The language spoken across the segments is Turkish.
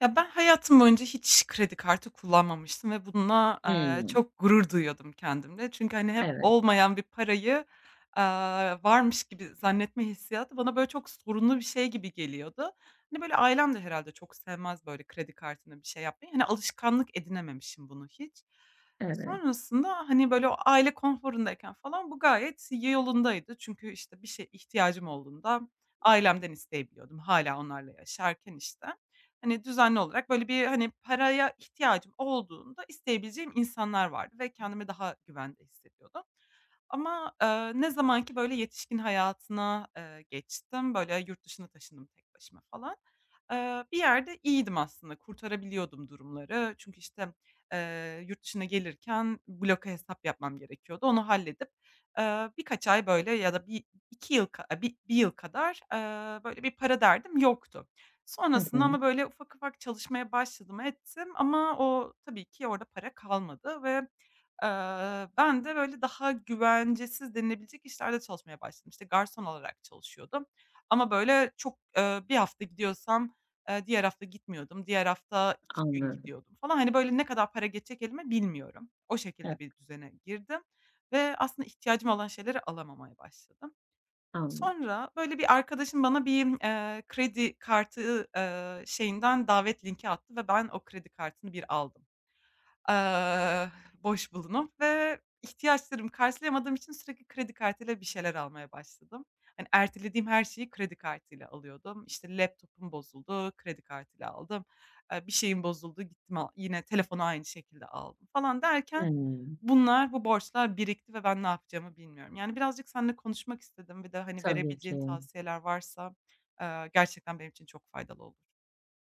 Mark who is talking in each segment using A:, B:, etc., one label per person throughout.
A: Ya, ben hayatım boyunca hiç kredi kartı kullanmamıştım ve bununla,
B: Hımm.
A: çok gurur duyuyordum kendimle. Çünkü, hani, hep
B: Evet,
A: olmayan bir parayı, varmış gibi zannetme hissiyatı bana, böyle, çok sorunlu bir şey gibi geliyordu. Hani, böyle, ailem de herhâlde çok sevmez, böyle, kredi kartına bir şey yapmayı. Hani, alışkanlık edinememişim bunu hiç.
B: evet.
A: Sonrasında, hani, böyle, o aile konforundayken falan bu gayet yolundaydı. Çünkü, işte, bir şey ihtiyacım olduğunda ailemden isteyebiliyordum hala onlarla yaşarken, işte. Hani, düzenli olarak böyle bir, hani, paraya ihtiyacım olduğunda isteyebileceğim insanlar vardı ve kendimi daha güvende hissediyordum. Ama, ne zaman ki böyle yetişkin hayatına, geçtim, böyle yurt dışına taşındım tek başıma falan. Bir yerde iyiydim aslında, kurtarabiliyordum durumları. Çünkü işte, yurt dışına gelirken bloka hesap yapmam gerekiyordu. Onu halledip, birkaç ay böyle ya da bir 2 yıl ka bi 1 yıl kadar, böyle bir para derdim yoktu.
B: Hı
A: Sonrasında
B: hı.
A: ama böyle ufak ufak çalışmaya başladım ettim ama o tabii ki orada para kalmadı ve ben de böyle daha güvencesiz denilebilecek işlerde çalışmaya başladım. İşte, garson olarak çalışıyordum ama böyle çok, bir hafta gidiyorsam, diğer hafta gitmiyordum. Diğer hafta iki gün
B: Anladım.
A: gidiyordum falan. Hani, böyle ne kadar para geçecek elime bilmiyorum. O
B: Evet,
A: şekilde bir düzene girdim ve aslında ihtiyacım olan şeyleri alamamaya başladım.
B: anladım.
A: Sonra böyle bir arkadaşım bana bir, kredi kartı, şeyinden davet linki attı ve ben o kredi kartını bir aldım. Eee, boş bulunup ve ihtiyaçlarımı karşılayamadığım için sürekli kredi kartıyla bir şeyler almaya başladım. Hani, ertelediğim her şeyi kredi kartıyla alıyordum. İşte, laptop'um bozuldu, kredi kartıyla aldım. Bir şeyim bozuldu, gittim, yine telefonu aynı şekilde aldım falan derken
B: Hımm.
A: bunlar, bu borçlar birikti ve ben ne yapacağımı bilmiyorum. Yani, birazcık seninle konuşmak istedim. Bir de, hani,
B: Tabii ki.
A: verebileceğin tavsiyeler varsa, gerçekten benim için çok faydalı olur.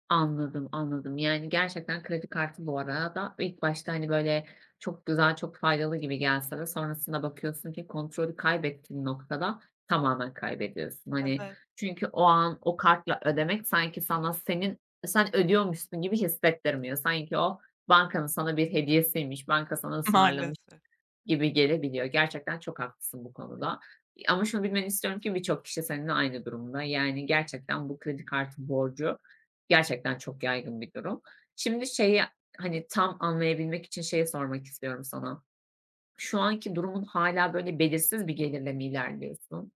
B: Anladım. Yani, gerçekten kredi kartı bu arada ilk başta, hani, böyle çok güzel, çok faydalı gibi gelse de sonrasında bakıyorsun ki kontrolü kaybettiğin noktada tamamen kaybediyorsun. Hani,
A: Evet,
B: çünkü o an o kartla ödemek sanki sana sen ödüyormuşsun gibi hissettirmiyor. Sanki o bankanın sana bir hediyesiymiş, banka sana ısmarlamış
A: maalesef.
B: gibi gelebiliyor. Gerçekten çok haklısın bu konuda. Ama şunu bilmeni istiyorum ki birçok kişi seninle aynı durumda. Yani gerçekten bu kredi kartı borcu gerçekten çok yaygın bir durum. Şimdi şeyi, hani, tam anlayabilmek için şeyi sormak istiyorum sana. Şu anki durumun hala böyle belirsiz bir gelirle mi ilerliyorsun?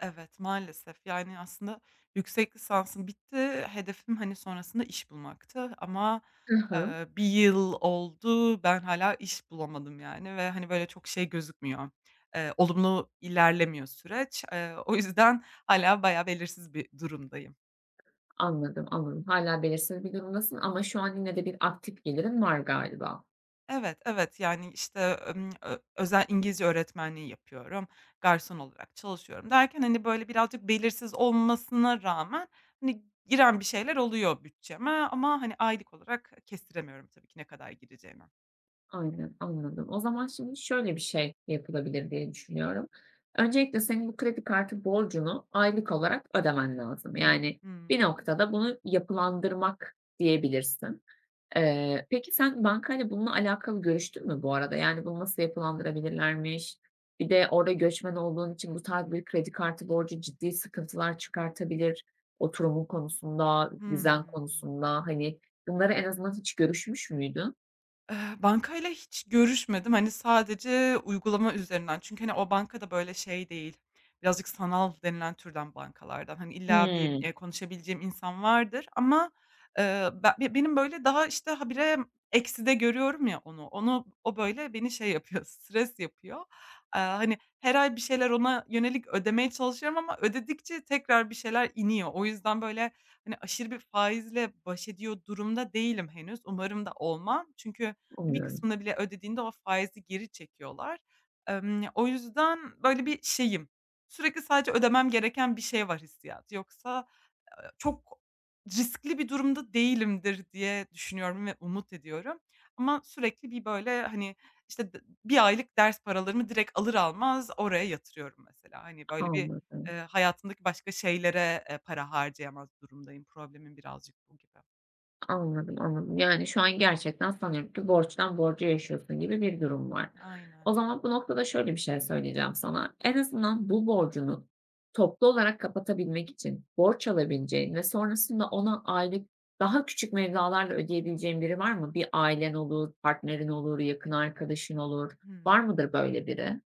A: Evet, maalesef. Yani, aslında yüksek lisansım bitti. Hedefim, hani, sonrasında iş bulmaktı ama,
B: Hı hı.
A: 1 yıl oldu, ben hala iş bulamadım, yani, ve, hani, böyle çok şey gözükmüyor, olumlu ilerlemiyor süreç. O yüzden hala bayağı belirsiz bir durumdayım.
B: Anladım. Hala belirsiz bir durumdasın ama şu an yine de bir aktif gelirin var galiba.
A: Evet, evet. Yani, işte, ö özel İngilizce öğretmenliği yapıyorum, garson olarak çalışıyorum derken, hani, böyle, birazcık belirsiz olmasına rağmen, hani, giren bir şeyler oluyor bütçeme ama, hani, aylık olarak kestiremiyorum tabii ki ne kadar gireceğini.
B: Aynen, anladım. O zaman şimdi şöyle bir şey yapılabilir diye düşünüyorum. Öncelikle senin bu kredi kartı borcunu aylık olarak ödemen lazım. Yani bir noktada bunu yapılandırmak diyebilirsin. Peki sen bankayla bununla alakalı görüştün mü bu arada? Yani bunu nasıl yapılandırabilirlermiş? Bir de orada göçmen olduğun için bu tarz bir kredi kartı borcu ciddi sıkıntılar çıkartabilir. Oturumun konusunda,
A: Hı
B: vizen
A: hı.
B: konusunda hani bunları en azından hiç görüşmüş müydün?
A: Bankayla hiç görüşmedim. Hani, sadece uygulama üzerinden. Çünkü, hani, o banka da böyle şey değil, birazcık sanal denilen türden bankalardan. Hani, illa bir,
B: Hmm.
A: konuşabileceğim insan vardır ama, be be benim böyle daha, işte, habire ekside görüyorum ya onu. Onu o böyle beni şey yapıyor, stres yapıyor. Hani, her ay bir şeyler ona yönelik ödemeye çalışıyorum ama ödedikçe tekrar bir şeyler iniyor. O yüzden böyle, hani, aşırı bir faizle baş ediyor durumda değilim henüz. Umarım da olmam. Çünkü, bir
B: Umuyorum.
A: kısmını bile ödediğinde o faizi geri çekiyorlar. O yüzden böyle bir şeyim, sürekli sadece ödemem gereken bir şey var hissiyatı. Yoksa, çok riskli bir durumda değilimdir diye düşünüyorum ve umut ediyorum. Ama sürekli bir böyle, hani, işte, bir aylık ders paralarımı direkt alır almaz oraya yatırıyorum mesela. Hani, böyle bir,
B: Anladım,
A: hayatımdaki başka şeylere, para harcayamaz durumdayım. Problemim birazcık bu gibi.
B: anladım. Yani şu an gerçekten sanıyorum ki borçtan borca yaşıyorsun gibi bir durum var.
A: Aynen.
B: O zaman bu noktada şöyle bir şey söyleyeceğim sana. En azından bu borcunu toplu olarak kapatabilmek için borç alabileceğin ve sonrasında ona aylık daha küçük mevzalarla ödeyebileceğin biri var mı? Bir ailen olur, partnerin olur, yakın arkadaşın olur.
A: Hı.
B: Var mıdır böyle biri?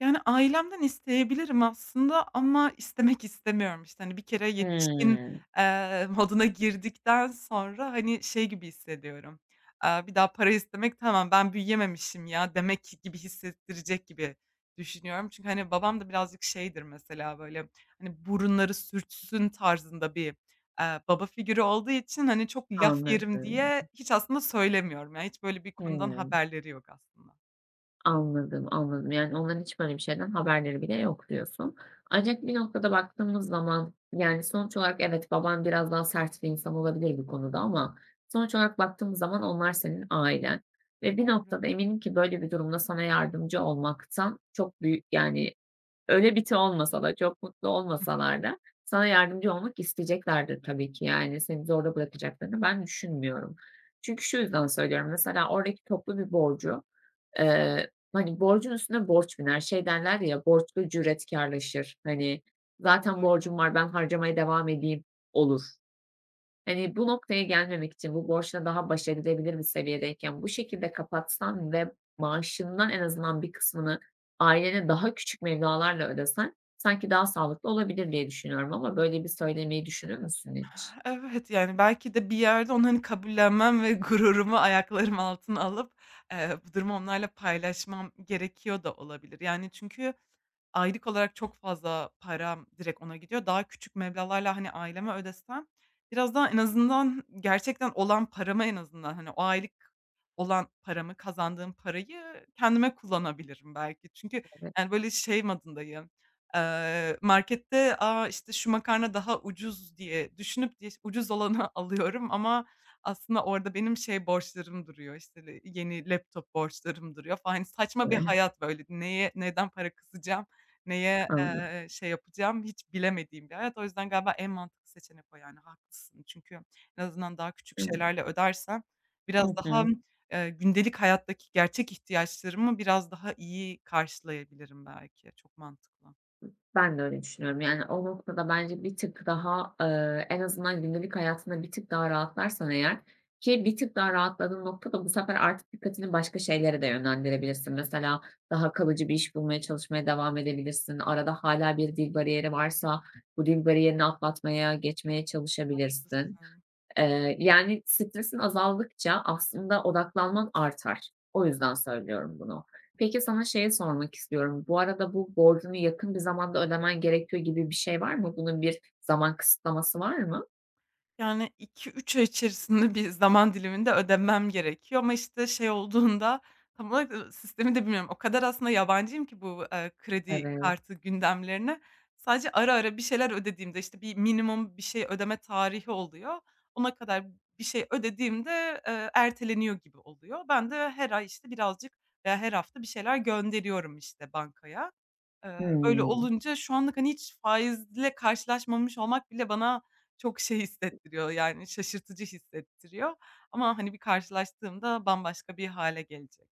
A: Yani, ailemden isteyebilirim aslında ama istemek istemiyorum. İşte, hani, bir kere yetişkin,
B: Hımm.
A: moduna girdikten sonra, hani, şey gibi hissediyorum, bir daha para istemek, "Tamam, ben büyüyememişim ya." demek gibi hissettirecek gibi düşünüyorum. Çünkü, hani, babam da birazcık şeydir mesela, böyle, hani, burunları sürtsün tarzında bir, baba figürü olduğu için, hani, çok laf yerim
B: Anladım.
A: diye hiç aslında söylemiyorum. Yani, hiç böyle bir konudan
B: Hımm.
A: haberleri yok aslında.
B: Anladım. Yani onların hiç böyle bir şeyden haberleri bile yok diyorsun. Ancak bir noktada baktığımız zaman, yani, sonuç olarak evet, baban biraz daha sert bir insan olabilir bu konuda ama sonuç olarak baktığımız zaman onlar senin ailen ve bir noktada eminim ki böyle bir durumda sana yardımcı olmaktan çok büyük, yani, öyle biti olmasa da çok mutlu olmasalar da sana yardımcı olmak isteyeceklerdir tabii ki. Yani, seni zorda bırakacaklarını ben düşünmüyorum. Çünkü şu yüzden söylüyorum, mesela oradaki toplu bir borcu hani, borcun üstüne borç biner. Şey derler ya, "Borçlu cüretkarlaşır." Hani, "Zaten
A: Doğru.
B: borcum var, ben harcamaya devam edeyim." olur. Hani, bu noktaya gelmemek için bu borçla daha baş edilebilir bir seviyedeyken bu şekilde kapatsan ve maaşından en azından bir kısmını ailene daha küçük meblağlarla ödesen sanki daha sağlıklı olabilir diye düşünüyorum ama böyle bir söylemeyi düşünür müsün hiç?
A: Evet, yani, belki de bir yerde onu, hani, kabullenmem ve gururumu ayaklarım altına alıp, bu durumu onlarla paylaşmam gerekiyor da olabilir. Yani, çünkü aylık olarak çok fazla param direkt ona gidiyor. Daha küçük meblağlarla, hani, aileme ödesem biraz daha en azından gerçekten olan paramı en azından, hani, o aylık olan paramı, kazandığım parayı kendime kullanabilirim belki. Çünkü,
B: Evet,
A: yani, böyle şey modundayım, markette, "A, işte, şu makarna daha ucuz." diye düşünüp ucuz olanı alıyorum ama aslında orada benim şey borçlarım duruyor, işte, yeni laptop borçlarım duruyor falan. Hani, saçma bir
B: evet.
A: hayat böyle. Neye neden para kısacağım? Neye,
B: Anladım.
A: şey yapacağım hiç bilemediğim bir hayat. O yüzden galiba en mantıklı seçenek o yani, haklısın. Çünkü en azından daha küçük
B: Evet.
A: şeylerle ödersem
B: Hı
A: biraz daha,
B: hı.
A: gündelik hayattaki gerçek ihtiyaçlarımı biraz daha iyi karşılayabilirim belki. Çok mantıklı.
B: Ben de öyle düşünüyorum. Yani, o noktada bence bir tık daha, en azından gündelik hayatında bir tık daha rahatlarsan eğer ki bir tık daha rahatladığın noktada bu sefer artık dikkatini başka şeylere de yönlendirebilirsin. Mesela daha kalıcı bir iş bulmaya çalışmaya devam edebilirsin. Arada hala bir dil bariyeri varsa bu dil bariyerini atlatmaya, geçmeye çalışabilirsin.
A: Haklısın.
B: Yani, stresin azaldıkça aslında odaklanman artar. O yüzden söylüyorum bunu. Peki, sana şeyi sormak istiyorum. Bu arada bu borcunu yakın bir zamanda ödemen gerekiyor gibi bir şey var mı? Bunun bir zaman kısıtlaması var mı?
A: Yani iki üç ay içerisinde bir zaman diliminde ödemem gerekiyor ama, işte, şey olduğunda tam olarak, sistemi de bilmiyorum. O kadar aslında yabancıyım ki bu, kredi
B: Evet.
A: kartı gündemlerine. Sadece ara ara bir şeyler ödediğimde, işte, bir minimum bir şey ödeme tarihi oluyor. Ona kadar bir şey ödediğimde, erteleniyor gibi oluyor. Ben de her ay, işte, birazcık veya her hafta bir şeyler gönderiyorum, işte, bankaya. Eee, öyle
B: Hıı.
A: olunca şu anlık, hani, hiç faizle karşılaşmamış olmak bile bana çok şey hissettiriyor, yani, şaşırtıcı hissettiriyor ama, hani, bir karşılaştığımda bambaşka bir hâle gelecek.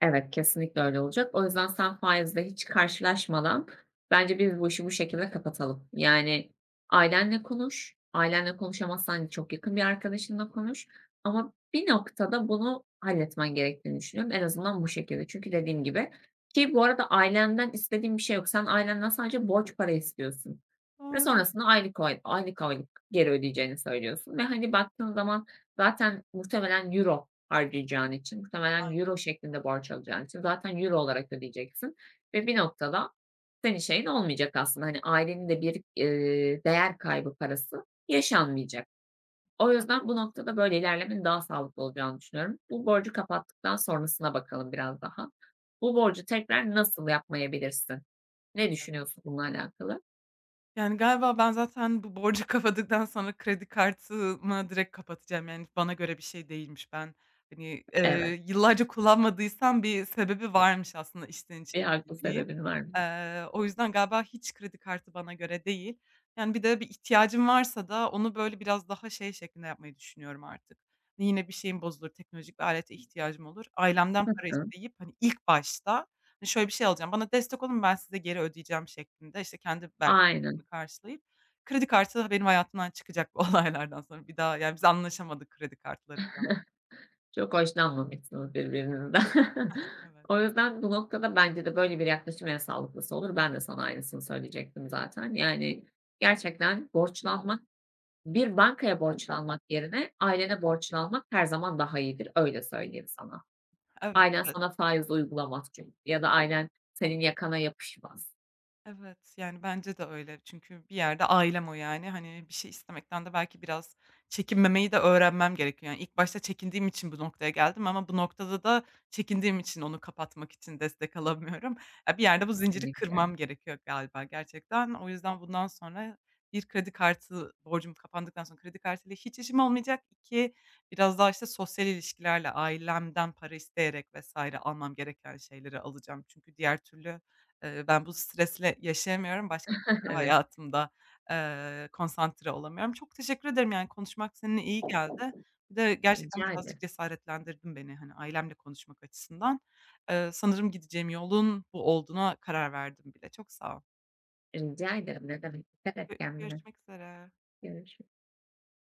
B: Evet, kesinlikle öyle olacak. O yüzden sen faizle hiç karşılaşmadan bence biz bu işi bu şekilde kapatalım. Yani ailenle konuş, ailenle konuşamazsan çok yakın bir arkadaşınla konuş ama bir noktada bunu halletmen gerektiğini düşünüyorum. En azından bu şekilde. Çünkü dediğim gibi ki bu arada ailenden istediğim bir şey yok. Sen ailenden sadece borç para istiyorsun ve
A: Doğru.
B: sonrasında aylık aylık geri ödeyeceğini söylüyorsun ve hani baktığın zaman zaten muhtemelen euro harcayacağın için, muhtemelen
A: Aynen,
B: euro şeklinde borç alacağın için zaten euro olarak ödeyeceksin ve bir noktada senin şeyin olmayacak aslında. Hani ailenin de bir, değer kaybı parası yaşanmayacak. O yüzden bu noktada
A: haklısın.
B: böyle ilerlemenin daha sağlıklı olacağını düşünüyorum. Bu borcu kapattıktan sonrasına bakalım biraz daha. Bu borcu tekrar nasıl yapmayabilirsin? Ne düşünüyorsun bununla alakalı?
A: Yani, galiba ben zaten bu borcu kapadıktan sonra kredi kartımı direkt kapatacağım. Yani, bana göre bir şey değilmiş. Ben, hani,
B: Evet,
A: yıllarca kullanmadıysam bir sebebi varmış aslında içten içe
B: bir haklı
A: bildiğim.
B: sebebin var mı?
A: O yüzden galiba hiç kredi kartı bana göre değil. Yani, bir de bir ihtiyacım varsa da onu, böyle, biraz daha şey şeklinde yapmayı düşünüyorum artık. Hani, yine bir şeyim bozulur, teknolojik bir alete ihtiyacım olur. Ailemden para
B: Hı.
A: isteyip, hani, ilk başta, hani, şöyle bir şey alacağım, bana destek olun, ben size geri ödeyeceğim şeklinde, İşte kendi belki
B: Aynen.
A: karşılayıp kredi kartı benim hayatımdan çıkacak bu olaylardan sonra. Bir daha, yani, biz anlaşamadık kredi kartlarıyla.
B: Çok hoşlanmamışsınız birbirinizden.
A: Evet.
B: O yüzden bu noktada bence de böyle bir yaklaşım en sağlıklısı olur. Ben de sana aynısını söyleyecektim zaten. Yani, gerçekten borçlanmak, bir bankaya borçlanmak yerine ailene borçlanmak her zaman daha iyidir, öyle söyleyeyim sana.
A: Evet,
B: Ailen
A: evet.
B: sana faiz uygulamaz çünkü ya da ailen senin yakana yapışmaz
A: Evet, yani, bence de öyle. Çünkü bir yerde ailem o, yani. Hani, bir şey istemekten de belki biraz çekinmemeyi de öğrenmem gerekiyor. Yani, ilk başta çekindiğim için bu noktaya geldim ama bu noktada da çekindiğim için onu kapatmak için destek alamıyorum. Ya, bir yerde bu zinciri
B: kesinlikle.
A: kırmam gerekiyor galiba gerçekten. O yüzden bundan sonra bir kredi kartı borcum kapandıktan sonra kredi kartıyla hiç işim olmayacak. 2 Biraz daha, işte, sosyal ilişkilerle ailemden para isteyerek vesaire almam gereken şeyleri alacağım. Çünkü diğer türlü ben bu stresle yaşayamıyorum. Başka şeylere
B: Evet,
A: hayatımda, konsantre olamıyorum. Çok teşekkür ederim, yani, konuşmak seninle iyi geldi. Bir de gerçekten
B: rica
A: birazcık
B: ederim.
A: cesaretlendirdin beni, hani, ailemle konuşmak açısından. Sanırım gideceğim yolun bu olduğuna karar verdim bile. Çok sağ ol.
B: Rica ederim, ne demek. Dikkat et kendine.
A: Görüşmek üzere.
B: Görüş